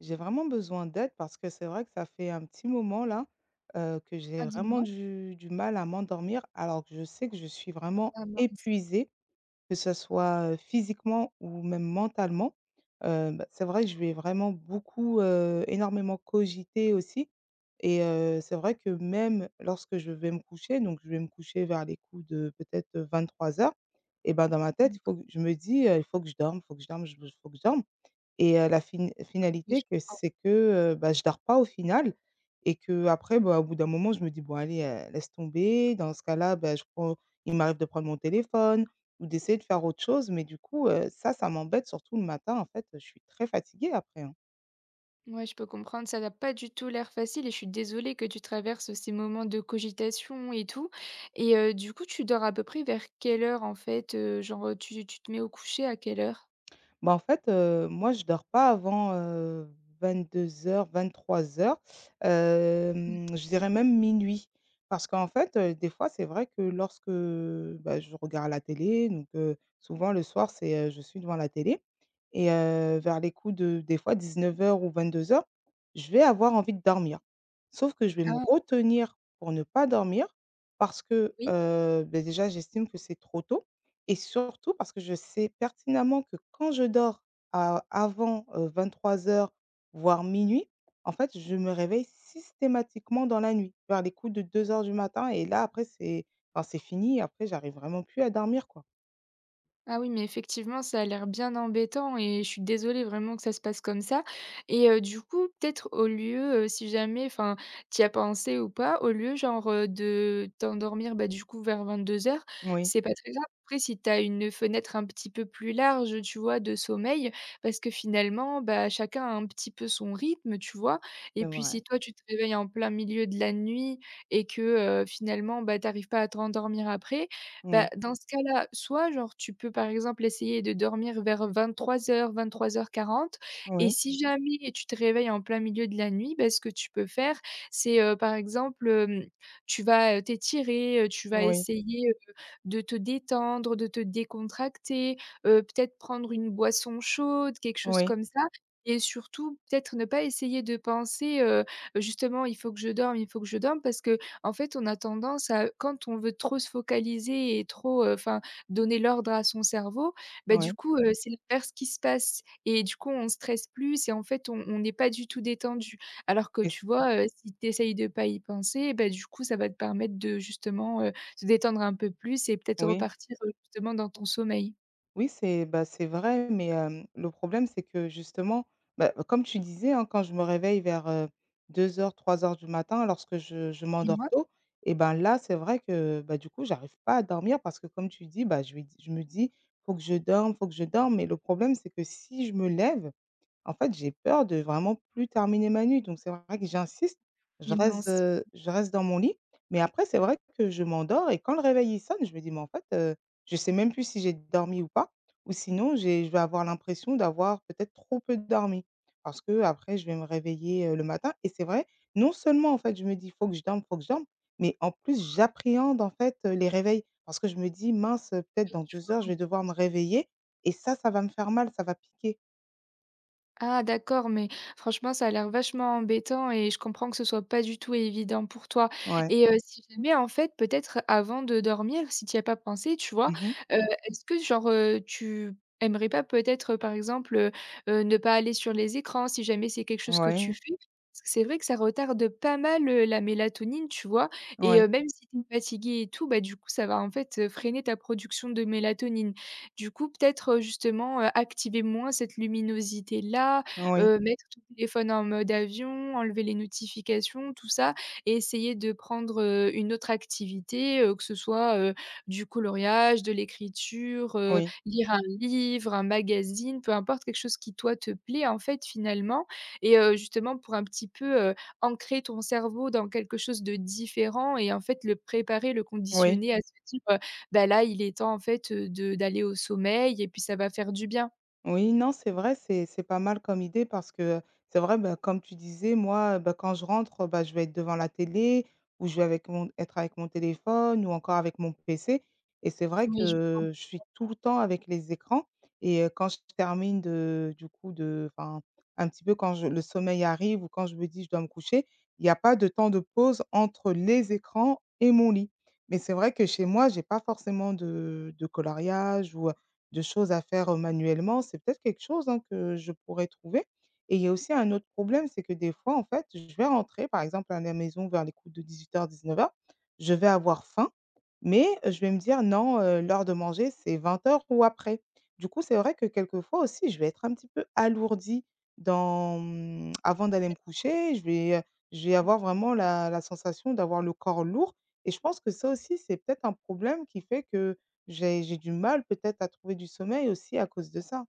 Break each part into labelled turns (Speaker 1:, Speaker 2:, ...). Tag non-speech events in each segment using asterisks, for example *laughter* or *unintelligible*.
Speaker 1: J'ai vraiment besoin d'aide parce que c'est vrai que ça fait un petit moment là, que j'ai
Speaker 2: Ah
Speaker 1: vraiment
Speaker 2: dis-moi?
Speaker 1: du mal à m'endormir alors que je sais que je suis vraiment
Speaker 2: Ah mince,
Speaker 1: épuisée, que ce soit, physiquement ou même mentalement. Bah, c'est vrai que je vais vraiment beaucoup, énormément cogiter aussi et c'est vrai que même lorsque je vais me coucher, donc je vais me coucher vers les coups de peut-être, 23h. Et ben, dans ma tête, il faut
Speaker 2: d'accord,
Speaker 1: que je me dis: «Il faut que je dorme, il faut que je dorme, il faut que je dorme». Et la
Speaker 2: oui, je
Speaker 1: finalité que
Speaker 2: comprends.
Speaker 1: c'est que, bah, je dors pas au final. Et que après bah, au bout d'un moment, je me dis: «Bon allez, laisse tomber». Dans ce cas-là, bah, je prends il m'arrive de prendre mon téléphone ou d'essayer de faire autre chose, mais du coup, ça, ça m'embête surtout le matin en fait, je suis très fatiguée après, hein.
Speaker 2: Ouais, je peux comprendre, ça n'a pas du tout l'air facile et je suis désolée que tu traverses ces moments de cogitation et tout. Et du coup, tu dors à peu près vers quelle heure en fait? Genre, tu te mets au coucher à quelle heure?
Speaker 1: Bah, en fait, moi, je dors pas avant, vingt-deux 22:00-23:00,
Speaker 2: Mmh.
Speaker 1: je dirais même minuit. Parce qu'en fait, des fois, c'est vrai que lorsque, bah, je regarde la télé, donc souvent le soir, c'est, je suis devant la télé et vers les coups de des fois 19h ou 22h, je vais avoir envie de dormir. Sauf que je vais me
Speaker 2: Ah
Speaker 1: retenir pour ne pas dormir parce que,
Speaker 2: oui.
Speaker 1: beh, déjà, j'estime que c'est trop tôt. Et surtout parce que je sais pertinemment que quand je dors à avant, 3h voire minuit, en fait, je me réveille systématiquement dans la nuit, vers les coups de 2h du matin et là après c'est enfin c'est fini, après j'arrive vraiment plus à dormir, quoi.
Speaker 2: Ah oui, mais effectivement, ça a l'air bien embêtant et je suis désolée vraiment que ça se passe comme ça. Et du coup, peut-être au lieu, si jamais, enfin, t'y as pensé ou pas, au lieu genre, de t'endormir, bah, du coup vers 22:00,
Speaker 1: Oui,
Speaker 2: c'est pas très grave. Après, si t'as une fenêtre un petit peu plus large, tu vois, de sommeil, parce que finalement, bah, chacun a un petit peu son rythme, tu vois? Et
Speaker 1: c'est
Speaker 2: puis
Speaker 1: vrai.
Speaker 2: si toi, tu te réveilles en plein milieu de la nuit et que, finalement, bah, t'arrives pas à te rendormir après bah,
Speaker 1: Oui.
Speaker 2: dans ce cas-là, soit genre tu peux par exemple essayer de dormir vers vingt-trois heures vingt-trois heures quarante, et
Speaker 1: Oui.
Speaker 2: si jamais tu te réveilles en plein milieu de la nuit, bah, ce que tu peux faire, c'est, par exemple, tu vas, t'étirer, tu vas
Speaker 1: Oui.
Speaker 2: essayer, de te détendre, de te décontracter, peut-être prendre une boisson chaude, quelque chose
Speaker 1: Oui.
Speaker 2: comme ça et surtout peut-être ne pas essayer de penser, «Justement, il faut que je dorme, il faut que je dorme» parce que en fait, on a tendance à quand on veut trop se focaliser et trop, enfin, donner l'ordre à son cerveau, bah, du
Speaker 1: Oui.
Speaker 2: coup, Ouais. C'est l'inverse qui se passe et du coup, on stresse plus et en fait, on n'est pas du tout détendu. Alors que
Speaker 1: Mais c
Speaker 2: tu vois, si tu essayes de pas y penser, bah, du coup, ça va te permettre de justement, se détendre un peu plus et peut-être
Speaker 1: Oui.
Speaker 2: repartir, justement dans ton sommeil.
Speaker 1: Oui, c'est bah, c'est vrai, mais le problème, c'est que justement, bah, comme tu disais, hein, quand je me réveille vers, 2h, 3h du matin lorsque je m'endors
Speaker 2: Dis-moi?
Speaker 1: tôt et ben, là, c'est vrai que, bah, du coup, j'arrive pas à dormir parce que comme tu dis, bah, je me dis: «Faut que je dorme, faut que je dorme» mais le problème, c'est que si je me lève, en fait, j'ai peur de vraiment plus terminer ma nuit, donc c'est vrai que j'insiste. Je
Speaker 2: Et
Speaker 1: reste,
Speaker 2: mince.
Speaker 1: heu, je reste dans mon lit, mais après c'est vrai que je m'endors et quand le réveil il sonne, je me dis: «Mais en fait, je sais même plus si j'ai dormi ou pas» ou sinon j'ai je vais avoir l'impression d'avoir peut-être trop peu dormi. Parce que après je vais me réveiller, le matin et c'est vrai, non seulement en fait je me dis: «Faut que je dorme, faut que je dorme», mais en plus j'appréhende en fait, les réveils parce que je me dis: «Mince, peut-être dans 2h je vais devoir me réveiller et ça va me faire mal, ça va piquer».
Speaker 2: Ah d'accord, mais franchement, ça a l'air vachement embêtant et je comprends que ce soit pas du tout évident pour toi.
Speaker 1: Ouais.
Speaker 2: Et si jamais, en fait, peut-être avant de dormir, si tu y as pas pensé, tu vois?
Speaker 1: Mmh.
Speaker 2: Heu, est-ce que genre, tu aimerais pas peut-être, par exemple, ne pas aller sur les écrans si jamais c'est quelque chose que tu
Speaker 1: Oui,
Speaker 2: fais? Parce que c'est vrai que ça retarde pas mal, la mélatonine, tu vois? Et
Speaker 1: oui,
Speaker 2: même si tu es fatigué et tout, bah, du coup, ça va, en fait, freiner ta production de mélatonine. Du coup, peut-être, justement, activer moins cette luminosité-là,
Speaker 1: oui,
Speaker 2: mettre ton téléphone en mode avion, enlever les notifications, tout ça et essayer de prendre, une autre activité, que ce soit, du coloriage, de l'écriture,
Speaker 1: oui,
Speaker 2: lire un livre, un magazine, peu importe, quelque chose qui toi te plaît, en fait, finalement et justement pour un petit peu, ancrer ton cerveau dans quelque chose de différent et en fait le préparer, le
Speaker 1: oui.
Speaker 2: conditionner à se dire, bah là, il est temps en fait, de d'aller au sommeil et puis ça va faire du bien.
Speaker 1: Oui, non, c'est vrai, c'est pas mal comme idée parce que c'est vrai, bah, comme tu disais, moi, bah, quand je rentre, bah, je vais être devant la télé ou je vais être avec mon téléphone ou encore avec mon PC. Et c'est vrai
Speaker 2: Oui, je
Speaker 1: que je suis tout le temps avec les écrans. Et quand je termine du coup, enfin, un petit peu quand le sommeil arrive ou quand je me dis je dois me coucher, il n'y a pas de temps de pause entre les écrans et mon lit. Mais c'est vrai que chez moi, j'ai pas forcément de coloriage ou de choses à faire, manuellement, c'est peut-être quelque chose, hein, que je pourrais trouver. Et il y a aussi un autre problème, c'est que des fois, en fait, je vais rentrer, par exemple, à la maison vers les coups de dix-huit dix-neuf heures 19h, je vais avoir faim mais je vais me dire: «Non, l'heure de manger, c'est 20h ou après». Du coup, c'est vrai que quelquefois aussi, je vais être un petit peu alourdie avant d'aller me coucher, je vais avoir vraiment la sensation d'avoir le corps lourd et je pense que ça aussi, c'est peut-être un problème qui fait que j'ai du mal peut-être à trouver du sommeil aussi à cause de ça.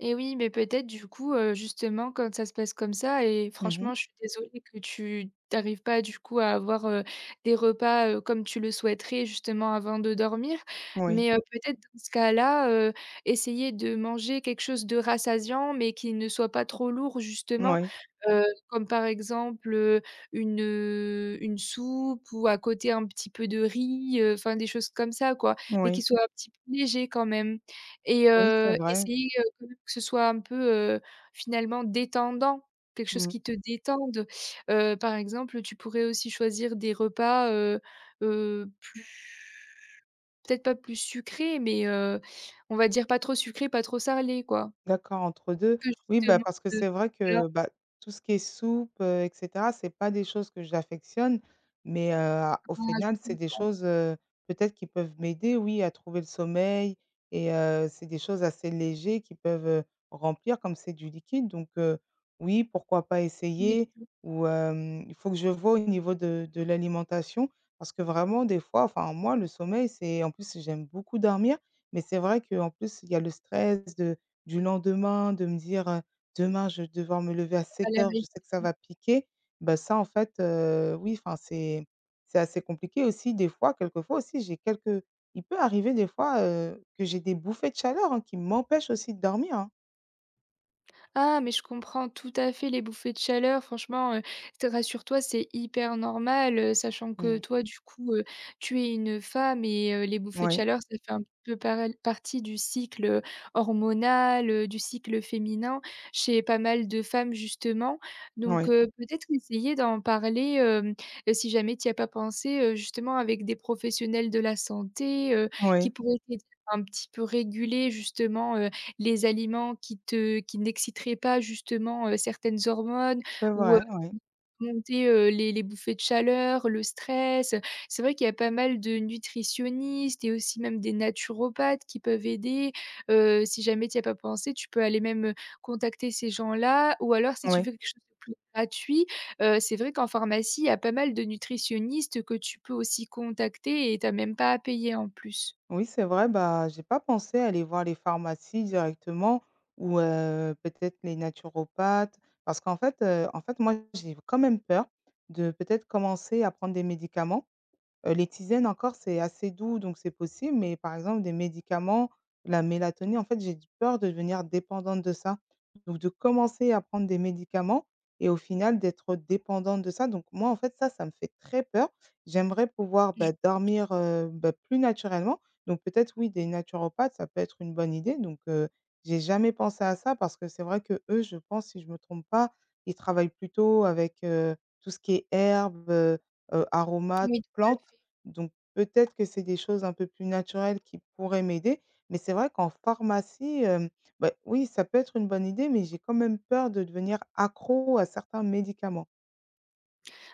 Speaker 2: Et oui, mais peut-être du coup, justement quand ça se passe comme ça et
Speaker 1: Mhm.
Speaker 2: franchement, je suis désolée que tu n'arrives pas du coup à avoir, des repas, comme tu le souhaiterais justement avant de dormir.
Speaker 1: Oui,
Speaker 2: Mais, peut-être dans ce cas-là, essayer de manger quelque chose de rassasiant, mais qui ne soit pas trop lourd justement.
Speaker 1: oui,
Speaker 2: Comme par exemple, une soupe ou à côté un petit peu de riz, enfin des choses comme ça quoi, mais qui
Speaker 1: oui.
Speaker 2: soit un petit peu léger quand même. Et
Speaker 1: Oui, c'est vrai.
Speaker 2: essayer, quand même que ce soit un peu, heu, finalement détendant, quelque chose
Speaker 1: Mmh.
Speaker 2: qui te détende. Par exemple, tu pourrais aussi choisir des repas, plus peut-être pas plus sucrés, mais on va dire pas trop sucrés, pas trop salés, quoi.
Speaker 1: D'accord, entre deux.
Speaker 2: Que
Speaker 1: Oui, bah,
Speaker 2: justement,
Speaker 1: parce que
Speaker 2: heu,
Speaker 1: c'est vrai
Speaker 2: voilà,
Speaker 1: que, bah, tout ce qui est soupe, et cetera, c'est pas des choses que j'affectionne, mais, au final, c'est des choses, peut-être qui peuvent m'aider, oui, à trouver le sommeil et c'est des choses assez légers qui peuvent, remplir comme c'est du liquide donc, oui, pourquoi pas
Speaker 2: *unintelligible* Oui, tout
Speaker 1: essayer
Speaker 2: à fait,
Speaker 1: ou il faut que je vois au niveau de l'alimentation parce que vraiment des fois, enfin moi, le sommeil, c'est en plus, j'aime beaucoup dormir, mais c'est vrai qu'en plus, il y a le stress de du lendemain, de me dire: «Demain, je vais devoir me lever à
Speaker 2: pas
Speaker 1: sept
Speaker 2: la
Speaker 1: heures,
Speaker 2: même
Speaker 1: je sais que ça va piquer». Bah, ça en fait, oui, enfin, c'est assez compliqué aussi des fois, quelquefois aussi, j'ai quelques il peut arriver des fois, que j'ai des bouffées de chaleur, hein, qui m'empêchent aussi de dormir, hein.
Speaker 2: Ah, mais je comprends tout à fait les bouffées de chaleur. Franchement, t rassure-toi, c'est hyper normal, sachant que
Speaker 1: Mmh.
Speaker 2: toi, du coup, tu es une femme et les bouffées de
Speaker 1: Oui,
Speaker 2: chaleur, ça fait un peu parel partie du cycle, hormonal, du cycle féminin chez pas mal de femmes, justement. Donc
Speaker 1: oui,
Speaker 2: peut-être essayer d'en parler, si jamais tu n'y as pas pensé, justement avec des professionnels de la santé, qui
Speaker 1: oui,
Speaker 2: pourraient t'aider à un petit peu réguler justement, les aliments qui n'exciteraient pas justement, certaines hormones
Speaker 1: c'est
Speaker 2: ou,
Speaker 1: vrai, oui,
Speaker 2: qui vont monter, les bouffées de chaleur, le stress, c'est vrai qu'il y a pas mal de nutritionnistes et aussi même des naturopathes qui peuvent aider. Si jamais tu y as pas pensé, tu peux aller même, contacter ces gens-là ou alors si tu
Speaker 1: oui.
Speaker 2: veux quelque chose de plus gratuit, c'est vrai qu'en pharmacie, il y a pas mal de nutritionnistes que tu peux aussi contacter et tu as même pas à payer en plus.
Speaker 1: Oui, c'est vrai, bah, j'ai pas pensé à aller voir les pharmacies directement ou peut-être les naturopathes parce qu'en fait, moi, j'ai quand même peur de peut-être commencer à prendre des médicaments. Les tisanes encore, c'est assez doux, donc c'est possible, mais par exemple des médicaments, la mélatonine, en fait, j'ai du peur de devenir dépendante de ça. Donc de commencer à prendre des médicaments et au final d'être dépendante de ça. Donc moi, en fait, ça me fait très peur. J'aimerais pouvoir, bah, dormir, bah, plus naturellement. Donc peut-être, oui, des naturopathes, ça peut être une bonne idée. Donc j'ai jamais pensé à ça parce que c'est vrai que eux je pense, si je me trompe pas, ils travaillent plutôt avec, tout ce qui est herbes, aromates,
Speaker 2: Oui.
Speaker 1: plantes. Donc peut-être que c'est des choses un peu plus naturelles qui pourraient m'aider, mais c'est vrai qu'en pharmacie, bah, oui, ça peut être une bonne idée, mais j'ai quand même peur de devenir accro à certains médicaments.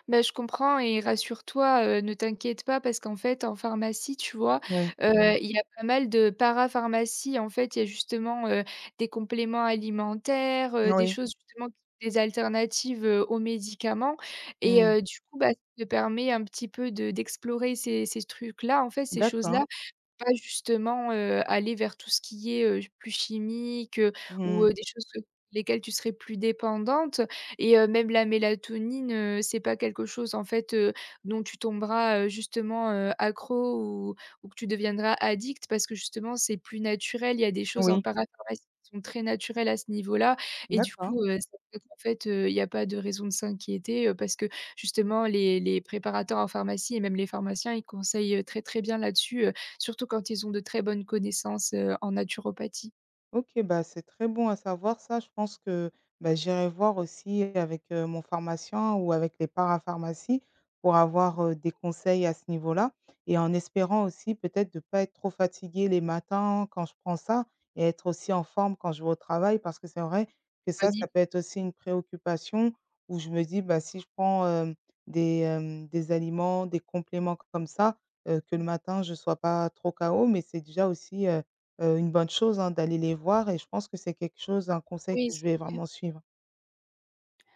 Speaker 2: Bah, je comprends et rassure-toi, ne t'inquiète pas parce qu'en fait, en pharmacie, tu vois,
Speaker 1: Oui,
Speaker 2: Mmh. Il y a pas mal de parapharmacies. En fait, il y a justement, des compléments alimentaires, des
Speaker 1: oui.
Speaker 2: choses justement des alternatives, aux médicaments et
Speaker 1: Mmh.
Speaker 2: du coup, bah, ça te permet un petit peu de d'explorer ces trucs-là, en fait, ces
Speaker 1: D'accord.
Speaker 2: choses-là pas justement, aller vers tout ce qui est, plus chimique, ou,
Speaker 1: Mmh.
Speaker 2: des choses que lesquelles tu serais plus dépendante et même la mélatonine, c'est pas quelque chose en fait, dont tu tomberas, justement, accro ou que tu deviendras addict parce que justement c'est plus naturel. Il y a des choses en
Speaker 1: Oui.
Speaker 2: parapharmacie qui sont très naturelles à ce niveau-là et du
Speaker 1: D'accord.
Speaker 2: coup, ça fait qu'en fait, il y a pas de raison de s'inquiéter, parce que justement les préparateurs en pharmacie et même les pharmaciens, ils conseillent, très, très bien là-dessus, surtout quand ils ont de très bonnes connaissances, en naturopathie.
Speaker 1: OK, bah, c'est très bon à savoir ça. Je pense que, bah, j'irai voir aussi avec, mon pharmacien ou avec les parapharmacies pour avoir, des conseils à ce niveau-là et en espérant aussi peut-être de ne pas être trop fatiguée les matins quand je prends ça et être aussi en forme quand je vais au travail. Parce que c'est vrai que ça,
Speaker 2: Bonne
Speaker 1: ça
Speaker 2: idée.
Speaker 1: peut être aussi une préoccupation où je me dis: «Bah, si je prends, des aliments, des compléments comme ça, que le matin je ne sois pas trop KO». Mais c'est déjà aussi, une bonne chose, hein, d'aller les voir et je pense que c'est quelque chose un conseil
Speaker 2: Oui,
Speaker 1: que je vais
Speaker 2: c'est vrai.
Speaker 1: vraiment suivre.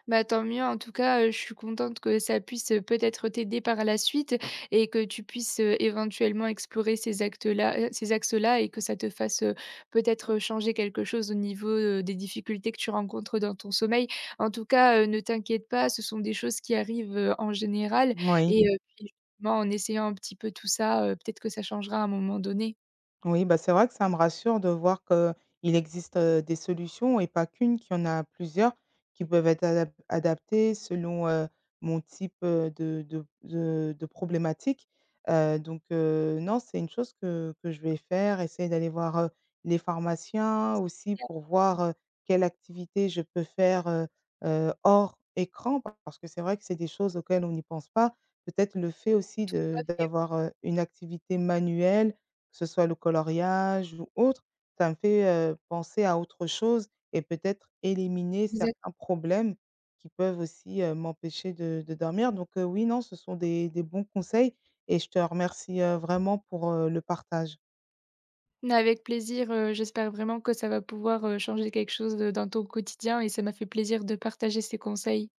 Speaker 2: Bah, tant mieux en tout cas, je suis contente que ça puisse, peut-être t'aider par la suite et que tu puisses, éventuellement explorer ces axes-là et que ça te fasse, peut-être, changer quelque chose au niveau, des difficultés que tu rencontres dans ton sommeil. En tout cas, ne t'inquiète pas, ce sont des choses qui arrivent, en général
Speaker 1: Moui.
Speaker 2: et puis justement en essayant un petit peu tout ça, peut-être que ça changera à un moment donné.
Speaker 1: Oui, bah, c'est vrai que ça me rassure de voir qu'il existe, des solutions et pas qu'une, qu'il y en a plusieurs qui peuvent être adaptées selon, mon type, de problématique. Donc non, c'est une chose que je vais faire, essayer d'aller voir, les pharmaciens aussi pour voir, quelle activité je peux faire, hors écran parce que c'est vrai que c'est des choses auxquelles on n'y pense pas. Peut-être le fait aussi de d'avoir, une activité manuelle, que ce soit le coloriage ou autre, ça me fait, penser à autre chose et peut-être éliminer
Speaker 2: Exact
Speaker 1: certains problèmes qui peuvent aussi, m'empêcher de dormir. Donc, oui, non, ce sont des bons conseils et je te remercie, vraiment pour, le partage.
Speaker 2: Mais avec plaisir, j'espère vraiment que ça va pouvoir, changer quelque chose, dans ton quotidien et ça m'a fait plaisir de partager ces conseils.